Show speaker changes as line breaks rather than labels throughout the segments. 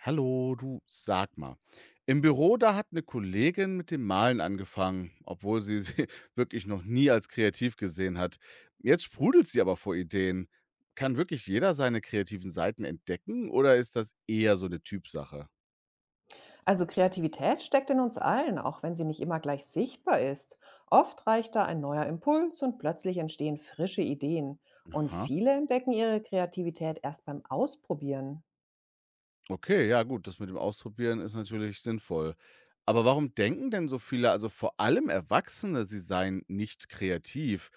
Hallo, du, sag mal. Im Büro, da hat eine Kollegin mit dem Malen angefangen, obwohl sie wirklich noch nie als kreativ gesehen hat. Jetzt sprudelt sie aber vor Ideen. Kann wirklich jeder seine kreativen Seiten entdecken oder ist das eher so eine Typsache?
Also Kreativität steckt in uns allen, auch wenn sie nicht immer gleich sichtbar ist. Oft reicht da ein neuer Impuls und plötzlich entstehen frische Ideen. Und
Aha.
viele entdecken ihre Kreativität erst beim Ausprobieren.
Okay, ja gut, das mit dem Ausprobieren ist natürlich sinnvoll. Aber warum denken denn so viele, also vor allem Erwachsene, sie seien nicht kreativ?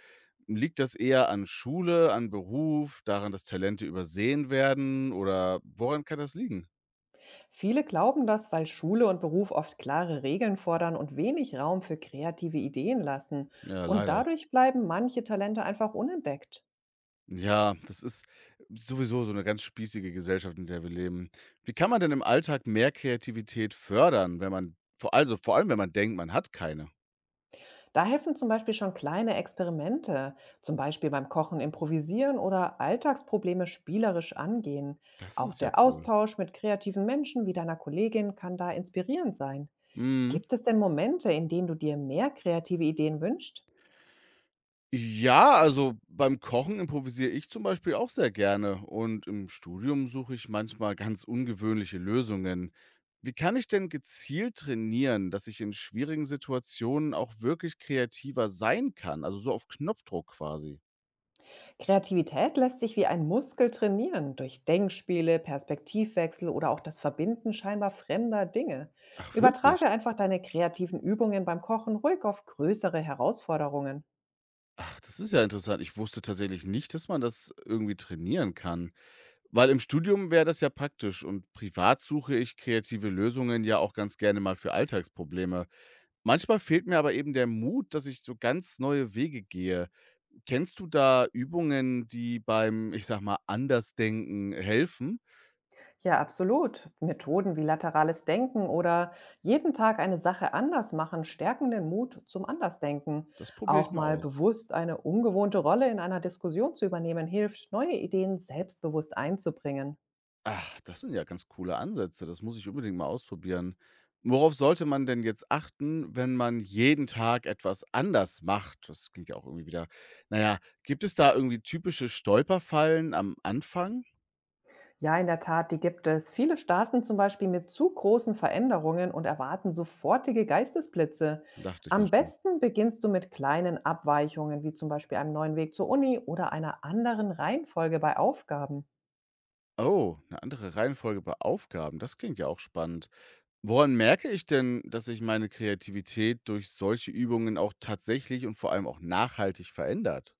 Liegt das eher an Schule, an Beruf, daran, dass Talente übersehen werden oder woran kann das liegen?
Viele glauben das, weil Schule und Beruf oft klare Regeln fordern und wenig Raum für kreative Ideen lassen.
Ja,
Und
leider.
dadurch bleiben manche Talente einfach unentdeckt.
Ja, das ist sowieso so eine ganz spießige Gesellschaft, in der wir leben. Wie kann man denn im Alltag mehr Kreativität fördern, wenn man, vor, also vor allem wenn man denkt, man hat keine?
Da helfen zum Beispiel schon kleine Experimente, zum Beispiel beim Kochen improvisieren oder Alltagsprobleme spielerisch angehen.
Das
Auch
ist ja
der
cool.
Austausch mit kreativen Menschen wie deiner Kollegin kann da inspirierend sein.
Mhm.
Gibt es denn Momente, in denen du dir mehr kreative Ideen wünschst?
Ja, also beim Kochen improvisiere ich zum Beispiel auch sehr gerne und im Studium suche ich manchmal ganz ungewöhnliche Lösungen. Wie kann ich denn gezielt trainieren, dass ich in schwierigen Situationen auch wirklich kreativer sein kann? Also so auf Knopfdruck quasi.
Kreativität lässt sich wie ein Muskel trainieren, durch Denkspiele, Perspektivwechsel oder auch das Verbinden scheinbar fremder Dinge.
Ach, wirklich?
Übertrage einfach deine kreativen Übungen beim Kochen ruhig auf größere Herausforderungen.
Ach, das ist ja interessant. Ich wusste tatsächlich nicht, dass man das irgendwie trainieren kann, weil im Studium wäre das ja praktisch und privat suche ich kreative Lösungen ja auch ganz gerne mal für Alltagsprobleme. Manchmal fehlt mir aber eben der Mut, dass ich so ganz neue Wege gehe. Kennst du da Übungen, die beim, ich sag mal, Andersdenken helfen?
Ja, absolut. Methoden wie laterales Denken oder jeden Tag eine Sache anders machen stärken den Mut zum Andersdenken.
Das probiere ich
Auch
mal
mal
aus.
bewusst eine ungewohnte Rolle in einer Diskussion zu übernehmen hilft, neue Ideen selbstbewusst einzubringen.
Ach, das sind ja ganz coole Ansätze. Das muss ich unbedingt mal ausprobieren. Worauf sollte man denn jetzt achten, wenn man jeden Tag etwas anders macht? Das klingt ja auch irgendwie wieder. Naja, gibt es da irgendwie typische Stolperfallen am Anfang?
Ja, in der Tat, die gibt es. Viele starten zum Beispiel mit zu großen Veränderungen und erwarten sofortige Geistesblitze.
Dachte ich mir
Am
schon.
besten beginnst du mit kleinen Abweichungen, wie zum Beispiel einem neuen Weg zur Uni oder einer anderen Reihenfolge bei Aufgaben.
Oh, eine andere Reihenfolge bei Aufgaben. Das klingt ja auch spannend. Woran merke ich denn, dass sich meine Kreativität durch solche Übungen auch tatsächlich und vor allem auch nachhaltig verändert?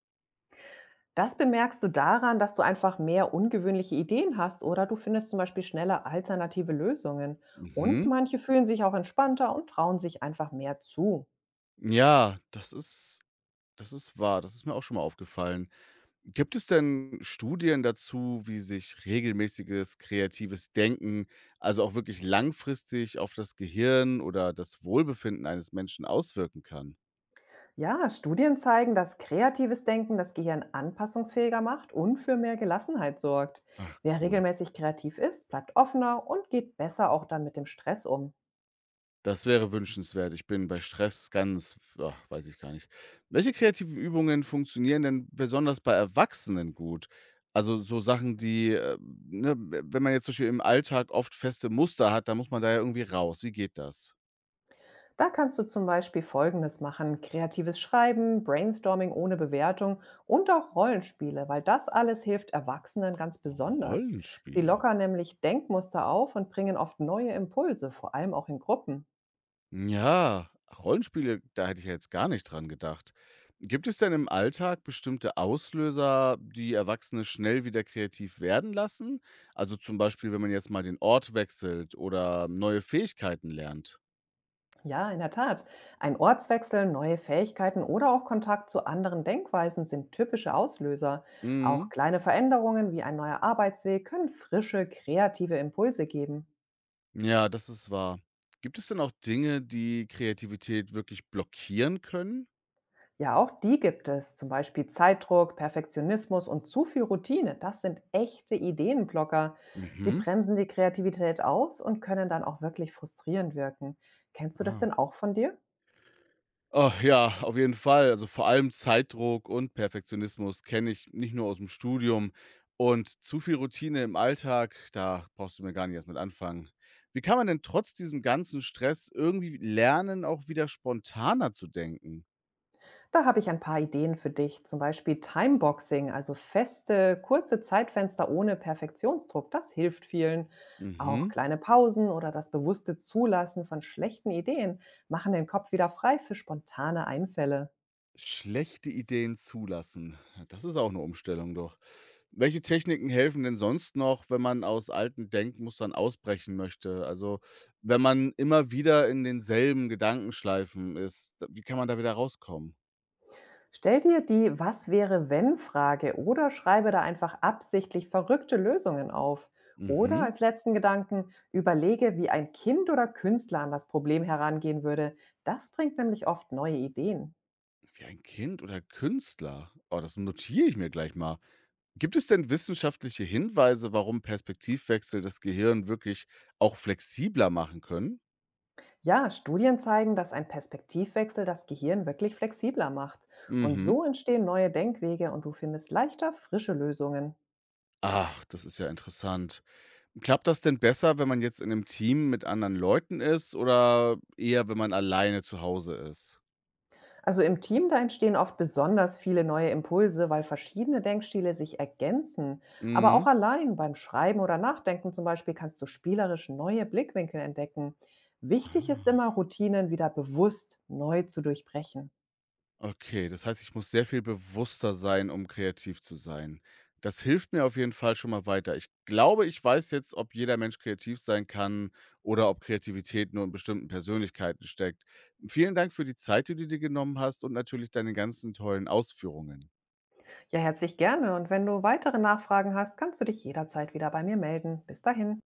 Das bemerkst du daran, dass du einfach mehr ungewöhnliche Ideen hast oder du findest zum Beispiel schneller alternative Lösungen. Und
Mhm.
manche fühlen sich auch entspannter und trauen sich einfach mehr zu.
Ja, das ist wahr. Das ist mir auch schon mal aufgefallen. Gibt es denn Studien dazu, wie sich regelmäßiges kreatives Denken, also auch wirklich langfristig auf das Gehirn oder das Wohlbefinden eines Menschen auswirken kann?
Ja, Studien zeigen, dass kreatives Denken das Gehirn anpassungsfähiger macht und für mehr Gelassenheit sorgt.
Ach
Wer
cool.
regelmäßig kreativ ist, bleibt offener und geht besser auch dann mit dem Stress um.
Das wäre wünschenswert. Ich bin bei Stress ganz, ach, weiß ich gar nicht. Welche kreativen Übungen funktionieren denn besonders bei Erwachsenen gut? Also so Sachen, die, ne, wenn man jetzt zum Beispiel im Alltag oft feste Muster hat, dann muss man da ja irgendwie raus. Wie geht das?
Da kannst du zum Beispiel Folgendes machen. Kreatives Schreiben, Brainstorming ohne Bewertung und auch Rollenspiele, weil das alles hilft Erwachsenen ganz besonders. Sie
Rollenspiele.
lockern nämlich Denkmuster auf und bringen oft neue Impulse, vor allem auch in Gruppen.
Ja, Rollenspiele, da hätte ich ja jetzt gar nicht dran gedacht. Gibt es denn im Alltag bestimmte Auslöser, die Erwachsene schnell wieder kreativ werden lassen? Also zum Beispiel, wenn man jetzt mal den Ort wechselt oder neue Fähigkeiten lernt.
Ja, in der Tat. Ein Ortswechsel, neue Fähigkeiten oder auch Kontakt zu anderen Denkweisen sind typische Auslöser. Auch
Mhm.
kleine Veränderungen wie ein neuer Arbeitsweg können frische, kreative Impulse geben.
Ja, das ist wahr. Gibt es denn auch Dinge, die Kreativität wirklich blockieren können?
Ja, auch die gibt es. Zum Beispiel Zeitdruck, Perfektionismus und zu viel Routine. Das sind echte Ideenblocker. Sie
Mhm.
bremsen die Kreativität aus und können dann auch wirklich frustrierend wirken. Kennst du das
Ah.
denn auch von dir?
Oh ja, auf jeden Fall. Also vor allem Zeitdruck und Perfektionismus kenne ich nicht nur aus dem Studium. Und zu viel Routine im Alltag, da brauchst du mir gar nicht erst mit anfangen. Wie kann man denn trotz diesem ganzen Stress irgendwie lernen, auch wieder spontaner zu denken?
Da habe ich ein paar Ideen für dich. Zum Beispiel Timeboxing, also feste, kurze Zeitfenster ohne Perfektionsdruck. Das hilft vielen. Auch
Mhm.
kleine Pausen oder das bewusste Zulassen von schlechten Ideen machen den Kopf wieder frei für spontane Einfälle.
Schlechte Ideen zulassen. Ja, das ist auch eine Umstellung doch. Welche Techniken helfen denn sonst noch, wenn man aus alten Denkmustern ausbrechen möchte? Also, wenn man immer wieder in denselben Gedankenschleifen ist, da- wie kann man da wieder rauskommen?
Stell dir die „Was wäre wenn“ Frage oder schreibe da einfach absichtlich verrückte Lösungen auf. Oder
Mhm.
als letzten Gedanken, überlege, wie ein Kind oder Künstler an das Problem herangehen würde. Das bringt nämlich oft neue Ideen.
Wie ein Kind oder Künstler. Oh, das notiere ich mir gleich mal. Gibt es denn wissenschaftliche Hinweise, warum Perspektivwechsel das Gehirn wirklich auch flexibler machen können?
Ja, Studien zeigen, dass ein Perspektivwechsel das Gehirn wirklich flexibler macht. Und
Mhm.
so entstehen neue Denkwege und du findest leichter frische Lösungen.
Ach, das ist ja interessant. Klappt das denn besser, wenn man jetzt in einem Team mit anderen Leuten ist oder eher, wenn man alleine zu Hause ist?
Also im Team, da entstehen oft besonders viele neue Impulse, weil verschiedene Denkstile sich ergänzen. Aber auch
Mhm.
allein beim Schreiben oder Nachdenken zum Beispiel kannst du spielerisch neue Blickwinkel entdecken. Wichtig ist immer,
Ah,
Routinen wieder bewusst neu zu durchbrechen.
okay, das heißt, ich muss sehr viel bewusster sein, um kreativ zu sein. Das hilft mir auf jeden Fall schon mal weiter. Ich glaube, ich weiß jetzt, ob jeder Mensch kreativ sein kann oder ob Kreativität nur in bestimmten Persönlichkeiten steckt. Vielen Dank für die Zeit, die du dir genommen hast und natürlich deine ganzen tollen Ausführungen.
Ja, herzlich gerne. Und wenn du weitere Nachfragen hast, kannst du dich jederzeit wieder bei mir melden. Bis dahin.